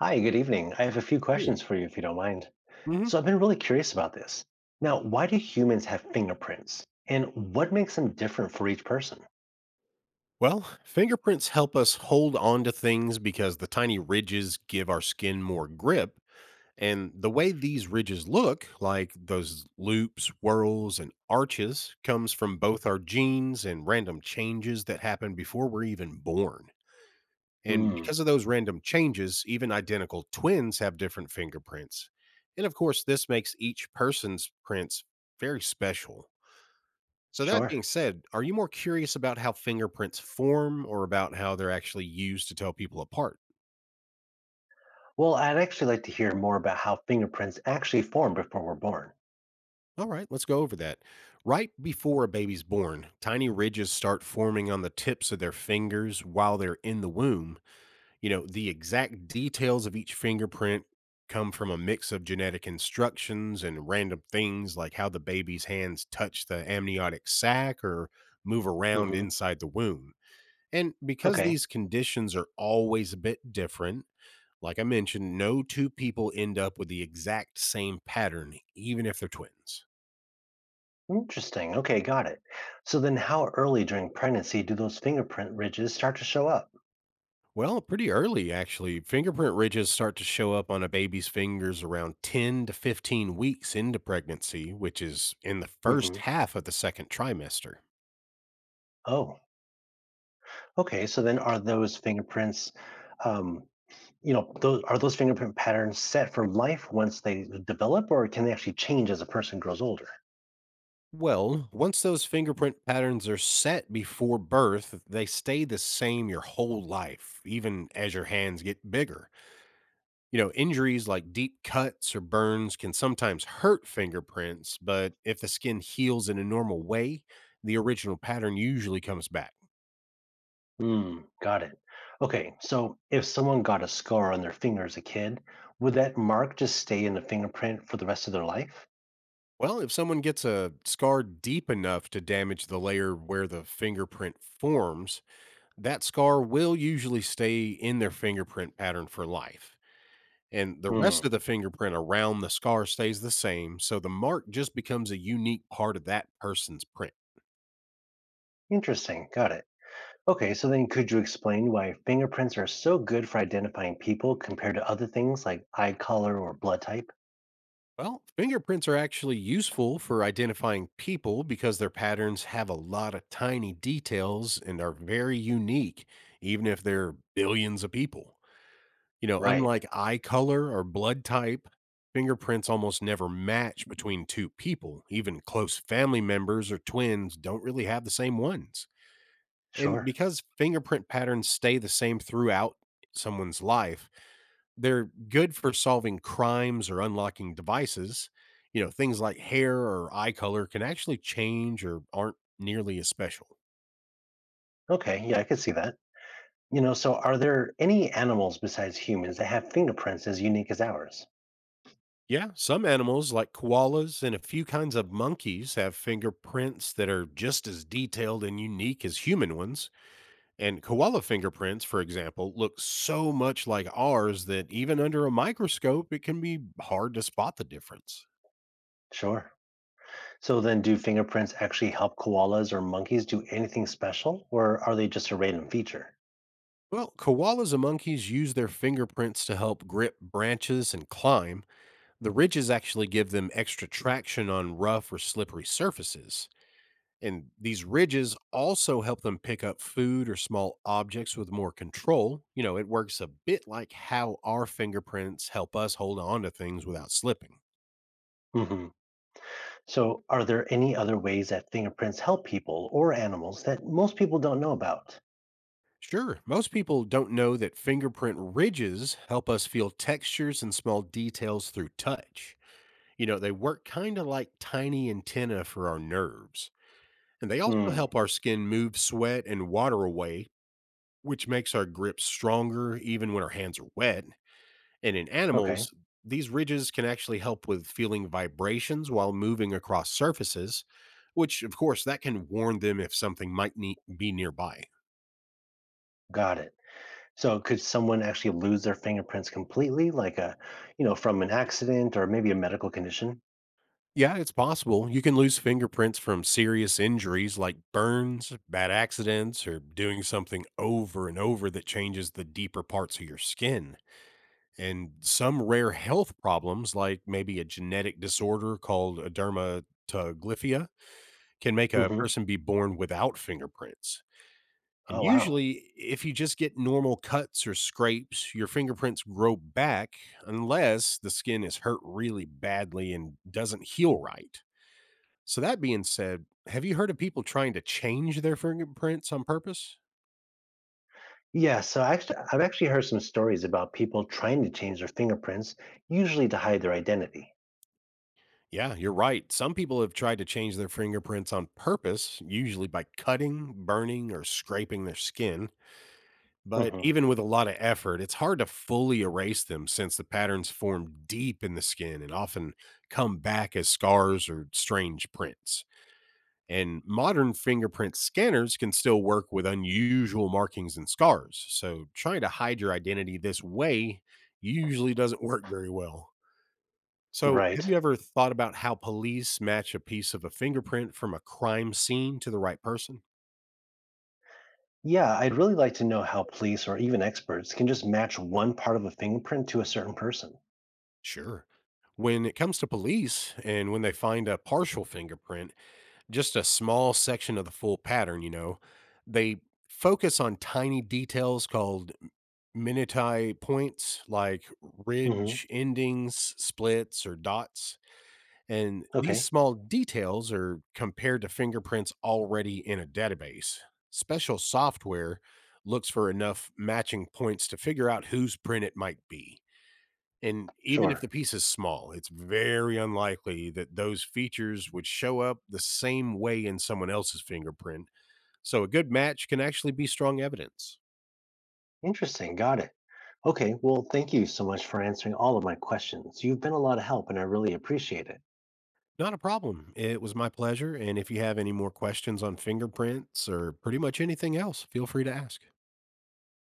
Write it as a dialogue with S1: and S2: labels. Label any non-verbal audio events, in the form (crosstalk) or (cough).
S1: Hi, good evening. I have a few
S2: Hey.
S1: questions for you if you don't mind.
S2: hmm
S1: So, I've been really curious about this. Now, why do humans have fingerprints? And what makes them different for each person?
S2: Well, fingerprints help us hold on to things because the tiny ridges give our skin more grip. And the way these ridges look, like those loops, whirls, and arches, comes from both our genes and random changes that happen before we're even born. And
S1: Hmm,
S2: because of those random changes, even identical twins have different fingerprints. And of course, this makes each person's prints very special. So that being
S1: sure.
S2: said, are you more curious about how fingerprints form or about how they're actually used to tell people apart?
S1: Well, I'd actually like to hear more about how fingerprints actually form before we're born.
S2: All right, let's go over that. Right before a baby's born, tiny ridges start forming on the tips of their fingers while they're in the womb. You know, the exact details of each fingerprint come from a mix of genetic instructions and random things like how the baby's hands touch the amniotic sac or move around
S1: Hmm.
S2: inside the womb. And because
S1: Okay,
S2: these conditions are always a bit different, like I mentioned, no two people end up with the exact same pattern, even if they're twins.
S1: interesting. Okay, got it. So, then how early during pregnancy do those fingerprint ridges start to show up?
S2: Well, pretty early, actually. Fingerprint ridges start to show up on a baby's fingers around 10 to 15 weeks into pregnancy, which is in the
S1: Hmm.
S2: first half of the second trimester.
S1: Oh, okay. So, then are those fingerprints? Um, are those fingerprint patterns set for life once they develop, or can they actually change as a person grows older?
S2: Well, once those fingerprint patterns are set before birth, they stay the same your whole life, even as your hands get bigger. You know, injuries like deep cuts or burns can sometimes hurt fingerprints, but if the skin heals in a normal way, the original pattern usually comes back.
S1: Hmm, got it. Okay, so if someone got a scar on their finger as a kid, would that mark just stay in the fingerprint for the rest of their life?
S2: Well, if someone gets a scar deep enough to damage the layer where the fingerprint forms, that scar will usually stay in their fingerprint pattern for life. And the rest
S1: Hmm,
S2: of the fingerprint around the scar stays the same, so the mark just becomes a unique part of that person's print.
S1: interesting. Got it. Okay, so then could you explain why fingerprints are so good for identifying people compared to other things like eye color or blood type?
S2: Well, fingerprints are actually useful for identifying people because their patterns have a lot of tiny details and are very unique, even if there are billions of people. You know,
S1: Right,
S2: unlike eye color or blood type, fingerprints almost never match between two people. Even close family members or twins don't really have the same ones. And
S1: sure.
S2: because fingerprint patterns stay the same throughout someone's life, they're good for solving crimes or unlocking devices. You know, things like hair or eye color can actually change or aren't nearly as special.
S1: Okay, yeah, I could see that. So are there any animals besides humans that have fingerprints as unique as ours?
S2: Yeah, some animals like koalas and a few kinds of monkeys have fingerprints that are just as detailed and unique as human ones. And koala fingerprints, for example, look so much like ours that even under a microscope, it can be hard to spot the difference.
S1: Sure. So then, do fingerprints actually help koalas or monkeys do anything special, or are they just a random feature?
S2: Well, koalas and monkeys use their fingerprints to help grip branches and climb. The ridges actually give them extra traction on rough or slippery surfaces. And these ridges also help them pick up food or small objects with more control. You know, it works a bit like how our fingerprints help us hold on to things without slipping.
S1: Hmm. So, are there any other ways that fingerprints help people or animals that most people don't know about?
S2: Sure, most people don't know that fingerprint ridges help us feel textures and small details through touch. You know, they work kind of like tiny antennae for our nerves. And they also
S1: Hmm.
S2: help our skin move sweat and water away, which makes our grip stronger even when our hands are wet. And in
S1: Okay,
S2: animals, these ridges can actually help with feeling vibrations while moving across surfaces, which, of course, that can warn them if something might be nearby.
S1: got it. So, could someone actually lose their fingerprints completely, like from an accident or maybe a medical condition?
S2: Yeah, it's possible. You can lose fingerprints from serious injuries like burns, bad accidents, or doing something over and over that changes the deeper parts of your skin. And some rare health problems, like maybe a genetic disorder called dermatoglyphia, can make a
S1: Hmm.
S2: person be born without fingerprints.
S1: Oh,
S2: And
S1: wow.
S2: usually, if you just get normal cuts or scrapes, your fingerprints grow back unless the skin is hurt really badly and doesn't heal right. So, that being said, have you heard of people trying to change their fingerprints on purpose?
S1: Yeah, so actually, I've actually heard some stories about people trying to change their fingerprints, usually to hide their identity.
S2: Yeah, you're right. Some people have tried to change their fingerprints on purpose, usually by cutting, burning, or scraping their skin. But
S1: Hmm.
S2: even with a lot of effort, it's hard to fully erase them since the patterns form deep in the skin and often come back as scars or strange prints. And modern fingerprint scanners can still work with unusual markings and scars. So trying to hide your identity this way usually doesn't (laughs) work very well. So, have
S1: Right.
S2: you ever thought about how police match a piece of a fingerprint from a crime scene to the right person?
S1: Yeah, I'd really like to know how police or even experts can just match one part of a fingerprint to a certain person.
S2: Sure. When it comes to police and when they find a partial fingerprint, just a small section of the full pattern, you know, they focus on tiny details called Minutai points like
S1: Hmm.
S2: ridge endings, splits, or dots. And these
S1: Okay,
S2: small details are compared to fingerprints already in a database. Special software looks for enough matching points to figure out whose print it might be. And even if the
S1: sure.
S2: piece is small, it's very unlikely that those features would show up the same way in someone else's fingerprint. So a good match can actually be strong evidence.
S1: Interesting. Got it. Okay, well, thank you so much for answering all of my questions. You've been a lot of help, and I really appreciate it.
S2: Not a problem. It was my pleasure. And if you have any more questions on fingerprints or pretty much anything else, feel free to ask.